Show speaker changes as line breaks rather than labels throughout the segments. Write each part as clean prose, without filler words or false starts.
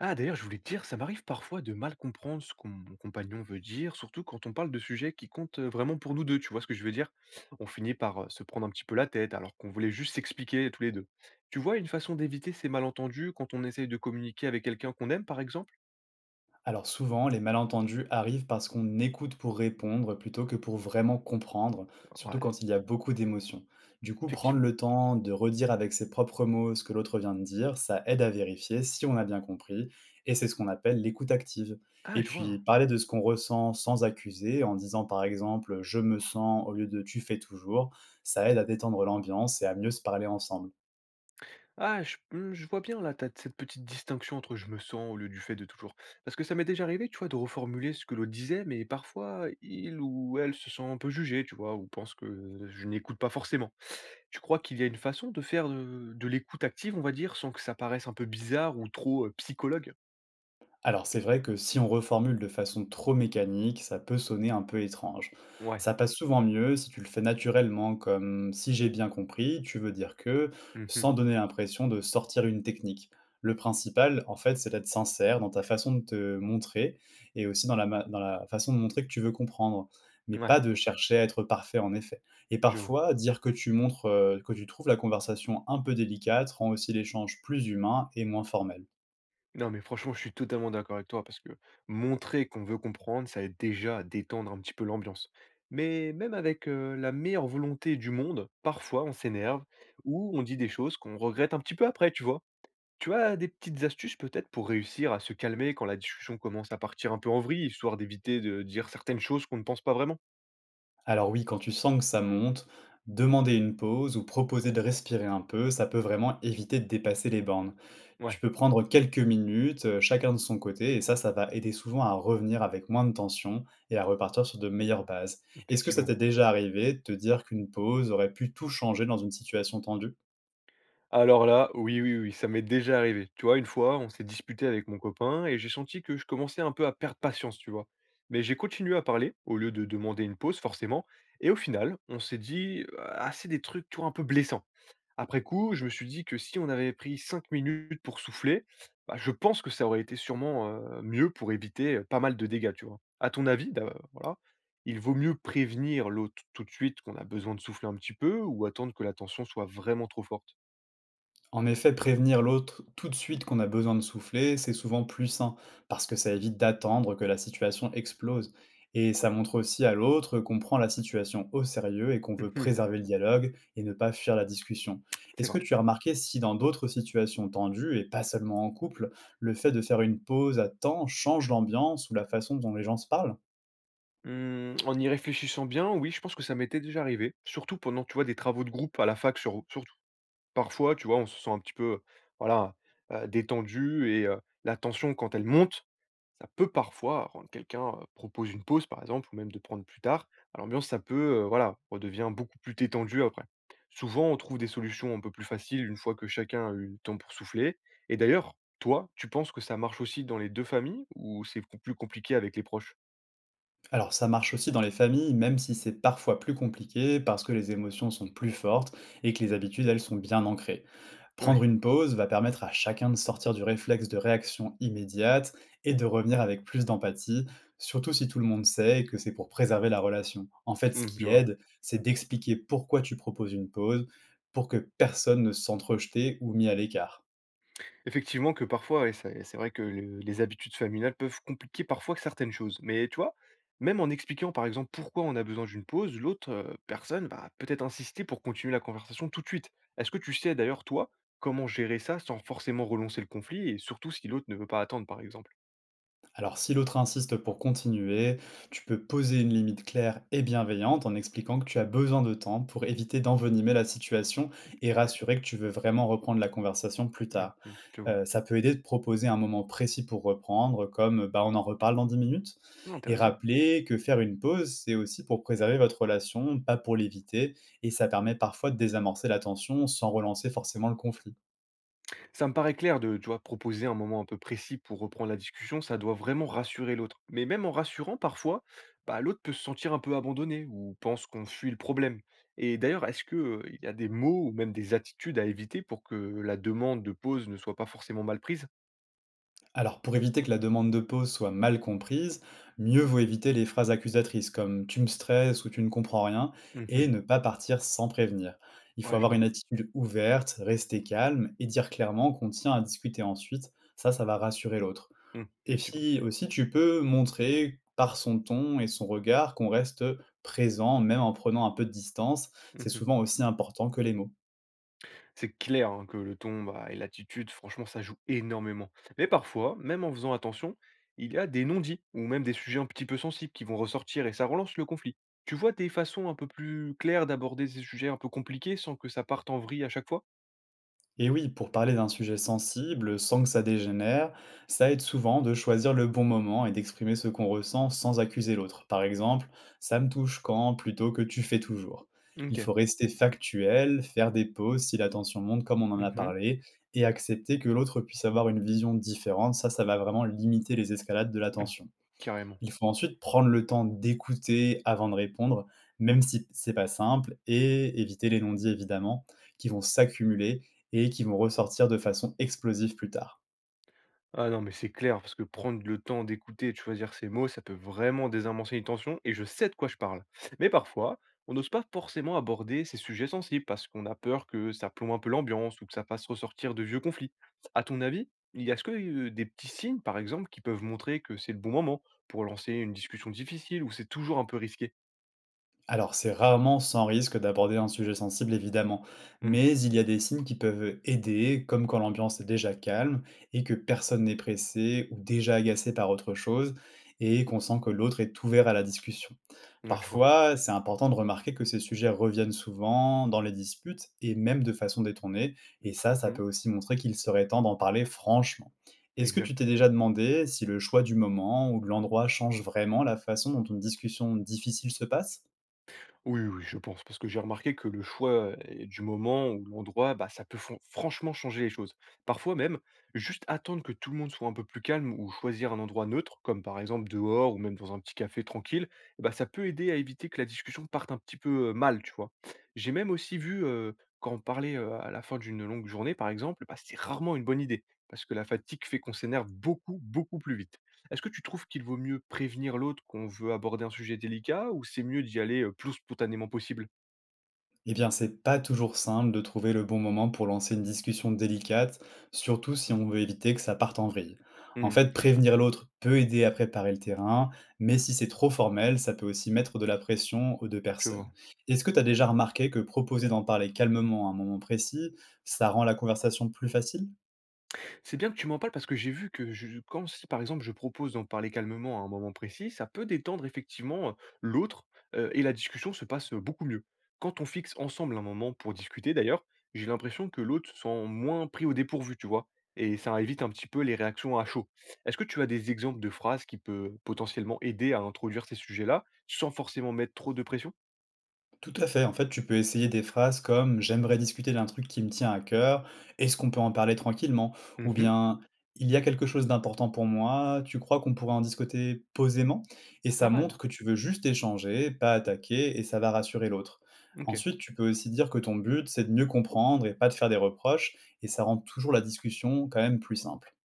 Ah, d'ailleurs, je voulais te dire, ça m'arrive parfois de mal comprendre ce que mon compagnon veut dire, surtout quand on parle de sujets qui comptent vraiment pour nous deux, tu vois ce que je veux dire? On finit par se prendre un petit peu la tête alors qu'on voulait juste s'expliquer tous les deux. Tu vois, une façon d'éviter ces malentendus quand on essaye de communiquer avec quelqu'un qu'on aime, par exemple?
Alors souvent, les malentendus arrivent parce qu'on écoute pour répondre plutôt que pour vraiment comprendre, surtout
Ouais,
quand il y a beaucoup d'émotions. Du coup, prendre
effectivement.
le temps de redire avec ses propres mots ce que l'autre vient de dire, ça aide à vérifier si on a bien compris, et c'est ce qu'on appelle l'écoute active. Et
Ah, je vois,
puis,
hein.
parler de ce qu'on ressent sans accuser, en disant par exemple⁇ je me sens⁇ au lieu de⁇ tu fais toujours⁇ ça aide à détendre l'ambiance et à mieux se parler ensemble.
Ah, je, je vois bien là, t'as cette petite distinction entre je me sens au lieu du fait de toujours. Parce que ça m'est déjà arrivé, tu vois, de reformuler ce que l'autre disait, mais parfois il ou elle se sent un peu jugé, tu vois, ou pense que je n'écoute pas forcément. Tu crois qu'il y a une façon de faire de l'écoute active, on va dire, sans que ça paraisse un peu bizarre ou trop, psychologue?
Alors c'est vrai que si on reformule de façon trop mécanique, ça peut sonner un peu étrange.
Ouais.
Ça passe souvent mieux si tu le fais naturellement, comme si j'ai bien compris, tu veux dire que,
Mmh.
sans donner l'impression de sortir une technique. Le principal, en fait, c'est d'être sincère dans ta façon de te montrer et aussi dans la façon de montrer que tu veux comprendre, mais
Ouais,
pas de chercher à être parfait en effet. Et
je vois.
parfois, dire que tu montres, que tu trouves la conversation un peu délicate rend aussi l'échange plus humain et moins formel.
Non, mais franchement, je suis totalement d'accord avec toi parce que montrer qu'on veut comprendre, ça aide déjà à détendre un petit peu l'ambiance. Mais même avec, la meilleure volonté du monde, parfois on s'énerve ou on dit des choses qu'on regrette un petit peu après, tu vois? Tu as des petites astuces peut-être pour réussir à se calmer quand la discussion commence à partir un peu en vrille, histoire d'éviter de dire certaines choses qu'on ne pense pas vraiment?
Alors oui, quand tu sens que ça monte, demander une pause ou proposer de respirer un peu, ça peut vraiment éviter de dépasser les bornes. Tu
Ouais,
peux prendre quelques minutes, chacun de son côté, et ça va aider souvent à revenir avec moins de tension et à repartir sur de meilleures bases. Est-ce que ça
effectivement.
t'est déjà arrivé de te dire qu'une pause aurait pu tout changer dans une situation tendue?
Alors là, oui, oui, oui, ça m'est déjà arrivé. Tu vois, une fois, on s'est disputé avec mon copain et j'ai senti que je commençais un peu à perdre patience, tu vois. Mais j'ai continué à parler au lieu de demander une pause, forcément. Et au final, on s'est dit assez des trucs, tu vois, un peu blessants. Après coup, je me suis dit que si on avait pris 5 minutes pour souffler, bah, je pense que ça aurait été sûrement mieux pour éviter pas mal de dégâts, tu vois. À ton avis, voilà, il vaut mieux prévenir l'autre tout de suite qu'on a besoin de souffler un petit peu ou attendre que la tension soit vraiment trop forte.
En effet, prévenir l'autre tout de suite qu'on a besoin de souffler, c'est souvent plus sain, parce que ça évite d'attendre que la situation explose. Et ça montre aussi à l'autre qu'on prend la situation au sérieux et qu'on veut préserver le dialogue et ne pas fuir la discussion.
C'est
Est-ce que
vrai.
tu as remarqué si dans d'autres situations tendues, et pas seulement en couple, le fait de faire une pause à temps change l'ambiance ou la façon dont les gens se parlent?
Mmh, en y réfléchissant bien, oui, je pense que ça m'était déjà arrivé, surtout pendant, tu vois, des travaux de groupe à la fac, surtout. Parfois, tu vois, on se sent un petit peu, voilà, détendu et la tension quand elle monte, ça peut parfois rendre quelqu'un, propose une pause, par exemple, ou même de prendre plus tard. À l'ambiance, ça peut, voilà, redevient beaucoup plus détendue après. Souvent, on trouve des solutions un peu plus faciles une fois que chacun a eu le temps pour souffler et d'ailleurs, toi, tu penses que ça marche aussi dans les 2 familles ou c'est com plus compliqué avec les proches?
Alors ça marche aussi dans les familles, même si c'est parfois plus compliqué parce que les émotions sont plus fortes et que les habitudes, elles, sont bien ancrées.
Ouais.
Prendre une pause va permettre à chacun de sortir du réflexe de réaction immédiate et de revenir avec plus d'empathie, surtout si tout le monde sait que c'est pour préserver la relation. En fait, ce
Mmh, je
qui
vois.
aide, c'est d'expliquer pourquoi tu proposes une pause pour que personne ne se sente rejeté ou mis à l'écart.
Effectivement que parfois, ouais, c'est vrai que le les habitudes familiales peuvent compliquer parfois certaines choses. Mais tu vois, même en expliquant par exemple pourquoi on a besoin d'une pause, l'autre, personne va peut-être insister pour continuer la conversation tout de suite. Est-ce que tu sais d'ailleurs toi, comment gérer ça sans forcément relancer le conflit et surtout si l'autre ne veut pas attendre par exemple?
Alors, si l'autre insiste pour continuer, tu peux poser une limite claire et bienveillante en expliquant que tu as besoin de temps pour éviter d'envenimer la situation et
Ouais.
rassurer que tu veux vraiment reprendre la conversation plus
Mmh
tard.
mh, je vois.
Ça peut aider de proposer un moment précis pour reprendre, comme bah, on en reparle dans 10 minutes,
Ah,
et
intéressant.
rappeler que faire une pause, c'est aussi pour préserver votre relation, pas pour l'éviter, et ça permet parfois de désamorcer la tension sans relancer forcément le conflit.
Ça me paraît clair de, tu vois, proposer un moment un peu précis pour reprendre la discussion, ça doit vraiment rassurer l'autre. Mais même en rassurant, parfois, bah, l'autre peut se sentir un peu abandonné ou pense qu'on fuit le problème. Et d'ailleurs, est-ce que il y a des mots ou même des attitudes à éviter pour que la demande de pause ne soit pas forcément mal prise?
Alors, pour éviter que la demande de pause soit mal comprise, mieux vaut éviter les phrases accusatrices comme tu me stresses ou tu ne comprends rien et
Mhm.
ne pas partir sans prévenir. Il faut
Ouais, je
avoir une
vois.
attitude ouverte, rester calme et dire clairement qu'on tient à discuter ensuite. Ça va rassurer l'autre.
Mm,
Et
effectivement.
puis aussi, tu peux montrer par son ton et son regard qu'on reste présent, même en prenant un peu de distance. C'est
Mhm.
souvent aussi important que les mots.
C'est clair, hein, que le ton, bah, et l'attitude, franchement, ça joue énormément. Mais parfois, même en faisant attention, il y a des non-dits ou même des sujets un petit peu sensibles qui vont ressortir et ça relance le conflit. Tu vois des façons un peu plus claires d'aborder ces sujets un peu compliqués sans que ça parte en vrille à chaque fois?
Et oui, pour parler d'un sujet sensible, sans que ça dégénère, ça aide souvent de choisir le bon moment et d'exprimer ce qu'on ressent sans accuser l'autre. Par exemple, ça me touche quand plutôt que tu fais toujours. Il
Ok.
faut rester factuel, faire des pauses si la tension monte comme on en a
Mhm.
parlé, et accepter que l'autre puisse avoir une vision différente. Ça va vraiment limiter les escalades de la
Mm.
tension.
Carrément.
Il faut ensuite prendre le temps d'écouter avant de répondre, même si c'est pas simple et éviter les non-dits évidemment, qui vont s'accumuler et qui vont ressortir de façon explosive plus tard.
Ah non, mais c'est clair, parce que prendre le temps d'écouter et de choisir ses mots, ça peut vraiment désamorcer une tension, et je sais de quoi je parle. Mais parfois, on n'ose pas forcément aborder ces sujets sensibles, parce qu'on a peur que ça plombe un peu l'ambiance, ou que ça fasse ressortir de vieux conflits. À ton avis, il y a ce que des petits signes, par exemple, qui peuvent montrer que c'est le bon moment pour lancer une discussion difficile, ou c'est toujours un peu risqué?
Alors c'est rarement sans risque d'aborder un sujet sensible évidemment,
Hmm.
mais il y a des signes qui peuvent aider, comme quand l'ambiance est déjà calme et que personne n'est pressé ou déjà agacé par autre chose et qu'on sent que l'autre est ouvert à la discussion.
Ouais, je vois.
Parfois, c'est important de remarquer que ces sujets reviennent souvent dans les disputes et même de façon détournée, et ça peut
Mhm.
aussi montrer qu'il serait temps d'en parler franchement. Est-ce que tu
Exact.
t'es déjà demandé si le choix du moment ou de l'endroit change vraiment la façon dont une discussion difficile se passe?
Oui, oui, je pense, parce que j'ai remarqué que le choix, du moment ou l'endroit, bah, ça peut franchement changer les choses. Parfois même, juste attendre que tout le monde soit un peu plus calme ou choisir un endroit neutre, comme par exemple dehors ou même dans un petit café tranquille, eh bah, ça peut aider à éviter que la discussion parte un petit peu, mal, tu vois? J'ai même aussi vu, quand on parlait, à la fin d'une longue journée par exemple, bah, c'est rarement une bonne idée, parce que la fatigue fait qu'on s'énerve beaucoup, beaucoup plus vite. Est-ce que tu trouves qu'il vaut mieux prévenir l'autre qu'on veut aborder un sujet délicat ou c'est mieux d'y aller, plus spontanément possible?
Eh bien, c'est pas toujours simple de trouver le bon moment pour lancer une discussion délicate, surtout si on veut éviter que ça parte en vrille. En
Mmh,
fait,
c'est vrai,
prévenir l'autre peut aider à préparer le terrain, mais si c'est trop formel, ça peut aussi mettre de la pression aux deux
je
personnes.
vois.
Est-ce que tu as déjà remarqué que proposer d'en parler calmement à un moment précis, ça rend la conversation plus facile?
C'est bien que tu m'en parles parce que j'ai vu que je, quand si par exemple je propose d'en parler calmement à un moment précis, ça peut détendre effectivement l'autre et la discussion se passe beaucoup mieux. Quand on fixe ensemble un moment pour discuter d'ailleurs, j'ai l'impression que l'autre se sent moins pris au dépourvu, tu vois, et ça évite un petit peu les réactions à chaud. Est-ce que tu as des exemples de phrases qui peuvent potentiellement aider à introduire ces sujets-là sans forcément mettre trop de pression?
Tout à fait. En fait, tu peux essayer des phrases comme «J'aimerais discuter d'un truc qui me tient à cœur. Est-ce qu'on peut en parler tranquillement?» ou
Mhm.
bien «Il y a quelque chose d'important pour moi. Tu crois qu'on pourrait en discuter posément?» et ça
Pas mal,
montre
hein.
que tu veux juste échanger, pas attaquer et ça va rassurer l'autre.
Ok.
Ensuite, tu peux aussi dire que ton but, c'est de mieux comprendre et pas de faire des reproches et ça rend toujours la discussion quand même plus simple.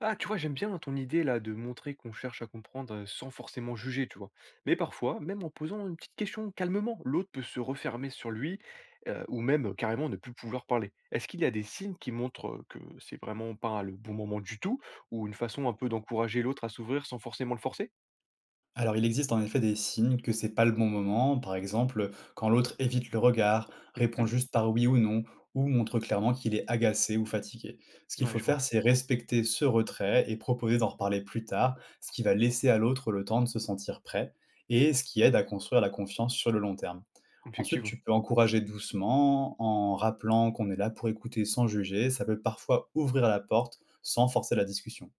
Ah, tu vois, j'aime bien ton idée là de montrer qu'on cherche à comprendre sans forcément juger, tu vois. Mais parfois, même en posant une petite question calmement, l'autre peut se refermer sur lui ou même carrément ne plus pouvoir parler. Est-ce qu'il y a des signes qui montrent que c'est vraiment pas le bon moment du tout ou une façon un peu d'encourager l'autre à s'ouvrir sans forcément le forcer?
Alors il existe en effet des signes que c'est pas le bon moment, par exemple quand l'autre évite le regard, répond
Mhm.
juste par oui ou non, ou montre clairement qu'il est agacé ou fatigué. Ce qu'il
Ouais,
faut
je
faire,
vois,
c'est respecter ce retrait et proposer d'en reparler plus tard, ce qui va laisser à l'autre le temps de se sentir prêt, et ce qui aide à construire la confiance sur le long terme. Ensuite,
effectivement.
tu peux encourager doucement en rappelant qu'on est là pour écouter sans juger, ça peut parfois ouvrir la porte sans forcer la discussion.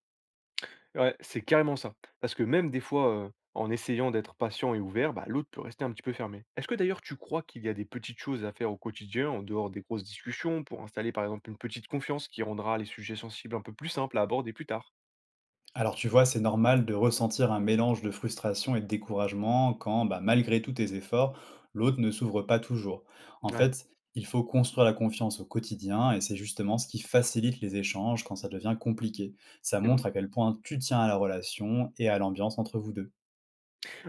Ouais, c'est carrément ça. Parce que même des fois, en essayant d'être patient et ouvert, bah, l'autre peut rester un petit peu fermé. Est-ce que d'ailleurs tu crois qu'il y a des petites choses à faire au quotidien, en dehors des grosses discussions, pour installer par exemple une petite confiance qui rendra les sujets sensibles un peu plus simples à aborder plus tard?
Alors tu vois, c'est normal de ressentir un mélange de frustration et de découragement quand, bah, malgré tous tes efforts, l'autre ne s'ouvre pas toujours. En
Ouais,
fait, il faut construire la confiance au quotidien et c'est justement ce qui facilite les échanges quand ça devient compliqué. Ça
c'est vrai.
montre à quel point tu tiens à la relation et à l'ambiance entre vous deux.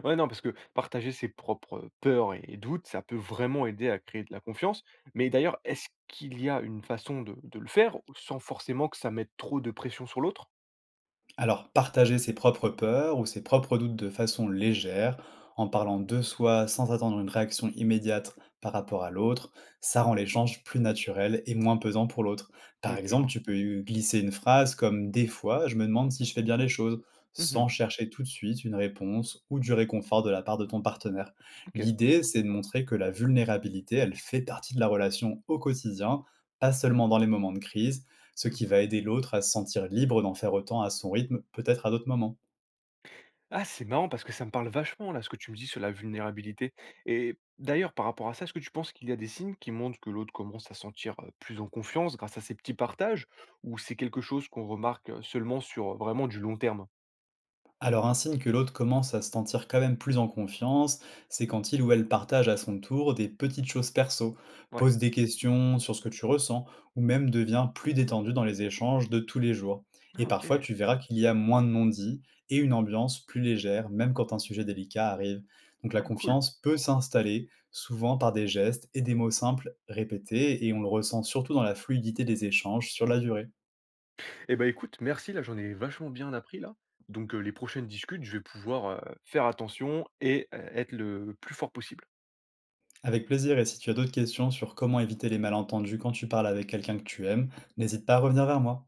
Ouais, non, parce que partager ses propres, peurs et doutes, ça peut vraiment aider à créer de la confiance. Mais d'ailleurs, est-ce qu'il y a une façon de le faire, sans forcément que ça mette trop de pression sur l'autre?
Alors, partager ses propres peurs ou ses propres doutes de façon légère, en parlant de soi sans attendre une réaction immédiate par rapport à l'autre, ça rend l'échange plus naturel et moins pesant pour l'autre. Par
Mmh, je
exemple,
vois.
tu peux glisser une phrase comme Des fois, je me demande si je fais bien les choses,
Mmh.
sans chercher tout de suite une réponse ou du réconfort de la part de ton partenaire.
OK.
L'idée, c'est de montrer que la vulnérabilité, elle fait partie de la relation au quotidien, pas seulement dans les moments de crise ce
Mmh.
qui va aider l'autre à se sentir libre d'en faire autant à son rythme, peut-être à d'autres moments.
Ah, c'est marrant parce que ça me parle vachement là, ce que tu me dis sur la vulnérabilité. Et d'ailleurs, par rapport à ça, est-ce que tu penses qu'il y a des signes qui montrent que l'autre commence à se sentir plus en confiance grâce à ces petits partages, ou c'est quelque chose qu'on remarque seulement sur vraiment du long terme?
Alors un signe que l'autre commence à se sentir quand même plus en confiance, c'est quand il ou elle partage à son tour des petites choses perso,
Ouais.
pose des questions sur ce que tu ressens, ou même devient plus détendu dans les échanges de tous les jours. Et
Ah, ok.
parfois tu verras qu'il y a moins de non-dits et une ambiance plus légère, même quand un sujet délicat arrive. Donc la
Ah, cool.
confiance peut s'installer, souvent par des gestes et des mots simples répétés, et on le ressent surtout dans la fluidité des échanges sur la durée.
Eh ben, écoute, merci là, j'en ai vachement bien appris là. Donc, les prochaines discutes, je vais pouvoir faire attention et être le plus fort possible.
Avec plaisir, et si tu as d'autres questions sur comment éviter les malentendus quand tu parles avec quelqu'un que tu aimes, n'hésite pas à revenir vers moi.